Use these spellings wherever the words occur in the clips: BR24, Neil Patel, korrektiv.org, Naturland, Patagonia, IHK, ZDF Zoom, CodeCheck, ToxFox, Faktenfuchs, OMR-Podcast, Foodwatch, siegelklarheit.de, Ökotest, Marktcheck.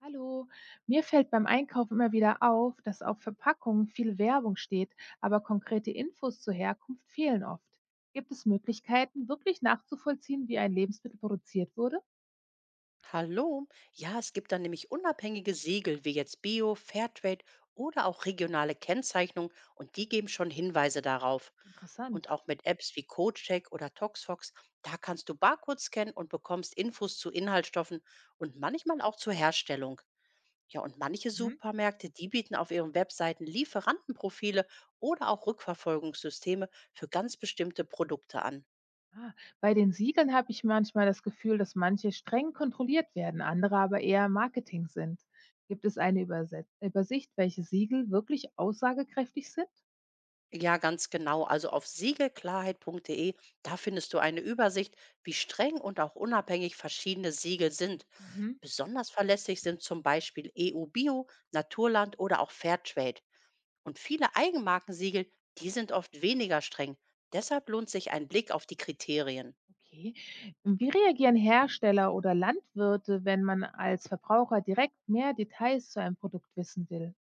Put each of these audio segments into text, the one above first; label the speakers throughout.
Speaker 1: Hallo, mir fällt beim Einkauf immer wieder auf, dass auf Verpackungen viel Werbung steht, aber konkrete Infos zur Herkunft fehlen oft. Gibt es Möglichkeiten, wirklich nachzuvollziehen, wie ein Lebensmittel produziert wurde?
Speaker 2: Hallo. Ja, es gibt dann nämlich unabhängige Siegel wie jetzt Bio, Fairtrade oder auch regionale Kennzeichnung und die geben schon Hinweise darauf.
Speaker 1: Interessant.
Speaker 2: Und auch mit Apps wie CodeCheck oder ToxFox, da kannst du Barcodes scannen und bekommst Infos zu Inhaltsstoffen und manchmal auch zur Herstellung. Ja, und manche
Speaker 1: Mhm.
Speaker 2: Supermärkte, die bieten auf ihren Webseiten Lieferantenprofile oder auch Rückverfolgungssysteme für ganz bestimmte Produkte an.
Speaker 1: Ah, bei den Siegeln habe ich manchmal das Gefühl, dass manche streng kontrolliert werden, andere aber eher Marketing sind. Gibt es eine Überset Übersicht, welche Siegel wirklich aussagekräftig sind?
Speaker 2: Ja, ganz genau. Also auf siegelklarheit.de, da findest du eine Übersicht, wie streng und auch unabhängig verschiedene Siegel sind.
Speaker 1: Mhm.
Speaker 2: Besonders verlässlich sind zum Beispiel EU Bio, Naturland oder auch Fairtrade. Und viele Eigenmarkensiegel, die sind oft weniger streng. Deshalb lohnt sich ein Blick auf die Kriterien.
Speaker 1: Okay. Wie reagieren Hersteller oder Landwirte, wenn man als Verbraucher direkt mehr Details zu einem Produkt wissen will?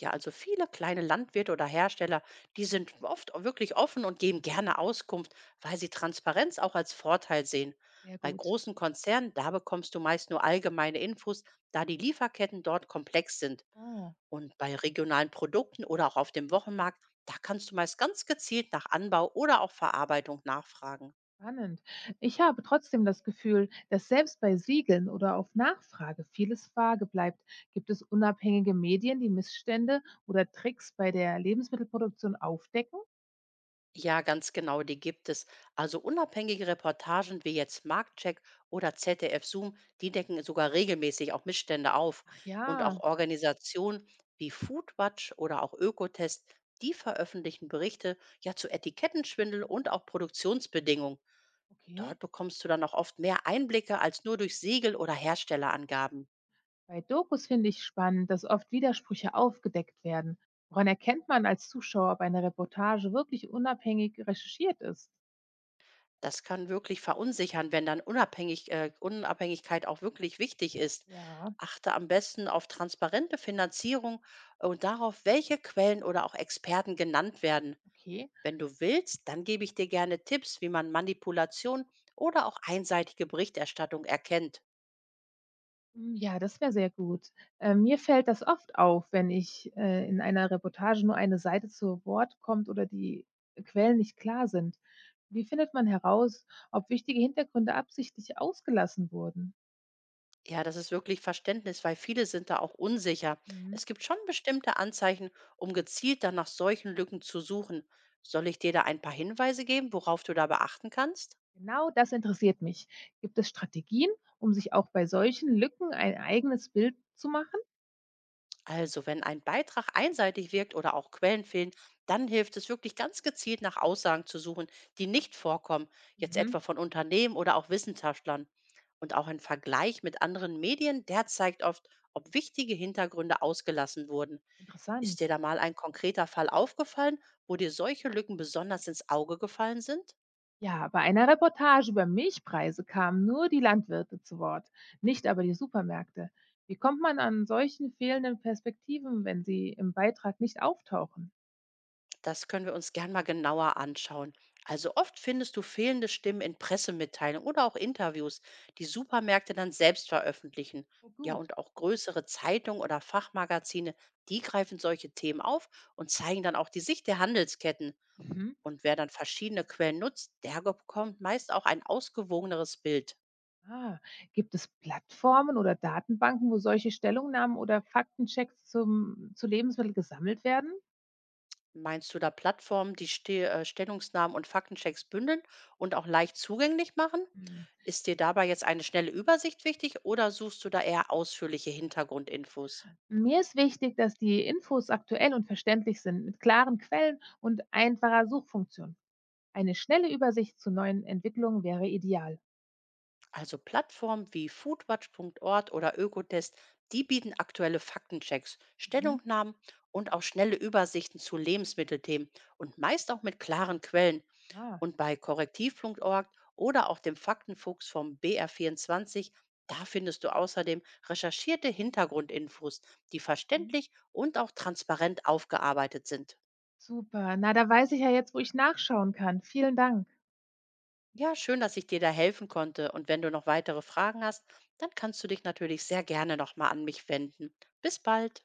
Speaker 2: Ja, also viele kleine Landwirte oder Hersteller, die sind oft wirklich offen und geben gerne Auskunft, weil sie Transparenz auch als Vorteil sehen.
Speaker 1: Sehr
Speaker 2: Bei
Speaker 1: gut.
Speaker 2: großen Konzernen, da bekommst du meist nur allgemeine Infos, da die Lieferketten dort komplex sind.
Speaker 1: Oh,
Speaker 2: Und bei regionalen Produkten oder auch auf dem Wochenmarkt, da kannst du meist ganz gezielt nach Anbau oder auch Verarbeitung nachfragen.
Speaker 1: spannend. Ich habe trotzdem das Gefühl, dass selbst bei Siegeln oder auf Nachfrage vieles vage bleibt. Gibt es unabhängige Medien, die Missstände oder Tricks bei der Lebensmittelproduktion aufdecken?
Speaker 2: Ja, ganz genau, die gibt es. Also unabhängige Reportagen wie jetzt Marktcheck oder ZDF Zoom, die decken sogar regelmäßig auch Missstände auf.
Speaker 1: Ach
Speaker 2: Und auch
Speaker 1: ja,
Speaker 2: Organisationen wie Foodwatch oder auch Ökotest, die veröffentlichen Berichte ja zu Etikettenschwindel und auch Produktionsbedingungen.
Speaker 1: okay.
Speaker 2: Dort bekommst du dann auch oft mehr Einblicke als nur durch Siegel oder Herstellerangaben.
Speaker 1: Bei Dokus finde ich spannend, dass oft Widersprüche aufgedeckt werden. Woran erkennt man als Zuschauer, ob eine Reportage wirklich unabhängig recherchiert ist?
Speaker 2: Das kann wirklich verunsichern, wenn dann Unabhängigkeit auch wirklich wichtig ist.
Speaker 1: Ja,
Speaker 2: Achte am besten auf transparente Finanzierung und darauf, welche Quellen oder auch Experten genannt werden.
Speaker 1: okay.
Speaker 2: Wenn du willst, dann gebe ich dir gerne Tipps, wie man Manipulation oder auch einseitige Berichterstattung erkennt.
Speaker 1: Hm, ja, das wäre sehr gut. Mir fällt das oft auf, wenn ich in einer Reportage nur eine Seite zu Wort kommt oder die Quellen nicht klar sind. Wie findet man heraus, ob wichtige Hintergründe absichtlich ausgelassen wurden?
Speaker 2: Ja, das ist wirklich Verständnis, weil viele sind da auch unsicher.
Speaker 1: Mhm.
Speaker 2: Es gibt schon bestimmte Anzeichen, um gezielt dann nach solchen Lücken zu suchen. Soll ich dir da ein paar Hinweise geben, worauf du da beachten kannst?
Speaker 1: Genau das interessiert mich. Gibt es Strategien, um sich auch bei solchen Lücken ein eigenes Bild zu machen?
Speaker 2: Also, wenn ein Beitrag einseitig wirkt oder auch Quellen fehlen, dann hilft es wirklich ganz gezielt nach Aussagen zu suchen, die nicht vorkommen, jetzt
Speaker 1: Mhm.
Speaker 2: etwa von Unternehmen oder auch Wissenschaftlern. Und auch ein Vergleich mit anderen Medien, der zeigt oft, ob wichtige Hintergründe ausgelassen wurden. Ist
Speaker 1: Interessant.
Speaker 2: dir da mal ein konkreter Fall aufgefallen, wo dir solche Lücken besonders ins Auge gefallen sind?
Speaker 1: Ja, bei einer Reportage über Milchpreise kamen nur die Landwirte zu Wort, nicht aber die Supermärkte. Wie kommt man an solchen fehlenden Perspektiven, wenn sie im Beitrag nicht auftauchen?
Speaker 2: Das können wir uns gern mal genauer anschauen. Also oft findest du fehlende Stimmen in Pressemitteilungen oder auch Interviews, die Supermärkte dann selbst veröffentlichen.
Speaker 1: Oh
Speaker 2: Ja,
Speaker 1: gut.
Speaker 2: und auch größere Zeitungen oder Fachmagazine, die greifen solche Themen auf und zeigen dann auch die Sicht der Handelsketten.
Speaker 1: Mhm.
Speaker 2: Und wer dann verschiedene Quellen nutzt, der bekommt meist auch ein ausgewogeneres Bild.
Speaker 1: Ah, gibt es Plattformen oder Datenbanken, wo solche Stellungnahmen oder Faktenchecks zu Lebensmitteln gesammelt werden?
Speaker 2: Meinst du da Plattformen, die Stellungsnahmen und Faktenchecks bündeln und auch leicht zugänglich machen?
Speaker 1: Hm.
Speaker 2: Ist dir dabei jetzt eine schnelle Übersicht wichtig oder suchst du da eher ausführliche Hintergrundinfos?
Speaker 1: Mir ist wichtig, dass die Infos aktuell und verständlich sind, mit klaren Quellen und einfacher Suchfunktion. Eine schnelle Übersicht zu neuen Entwicklungen wäre ideal.
Speaker 2: Also Plattformen wie foodwatch.org oder Ökotest, die bieten aktuelle Faktenchecks,
Speaker 1: Mhm.
Speaker 2: Stellungnahmen und auch schnelle Übersichten zu Lebensmittelthemen und meist auch mit klaren Quellen.
Speaker 1: Ah,
Speaker 2: Und bei korrektiv.org oder auch dem Faktenfuchs vom BR24, da findest du außerdem recherchierte Hintergrundinfos, die
Speaker 1: mhm.
Speaker 2: verständlich und auch transparent aufgearbeitet sind.
Speaker 1: Super. Na, da weiß ich ja jetzt, wo ich nachschauen kann. Vielen Dank.
Speaker 2: Ja, schön, dass ich dir da helfen konnte. Und wenn du noch weitere Fragen hast, dann kannst du dich natürlich sehr gerne nochmal an mich wenden. Bis bald.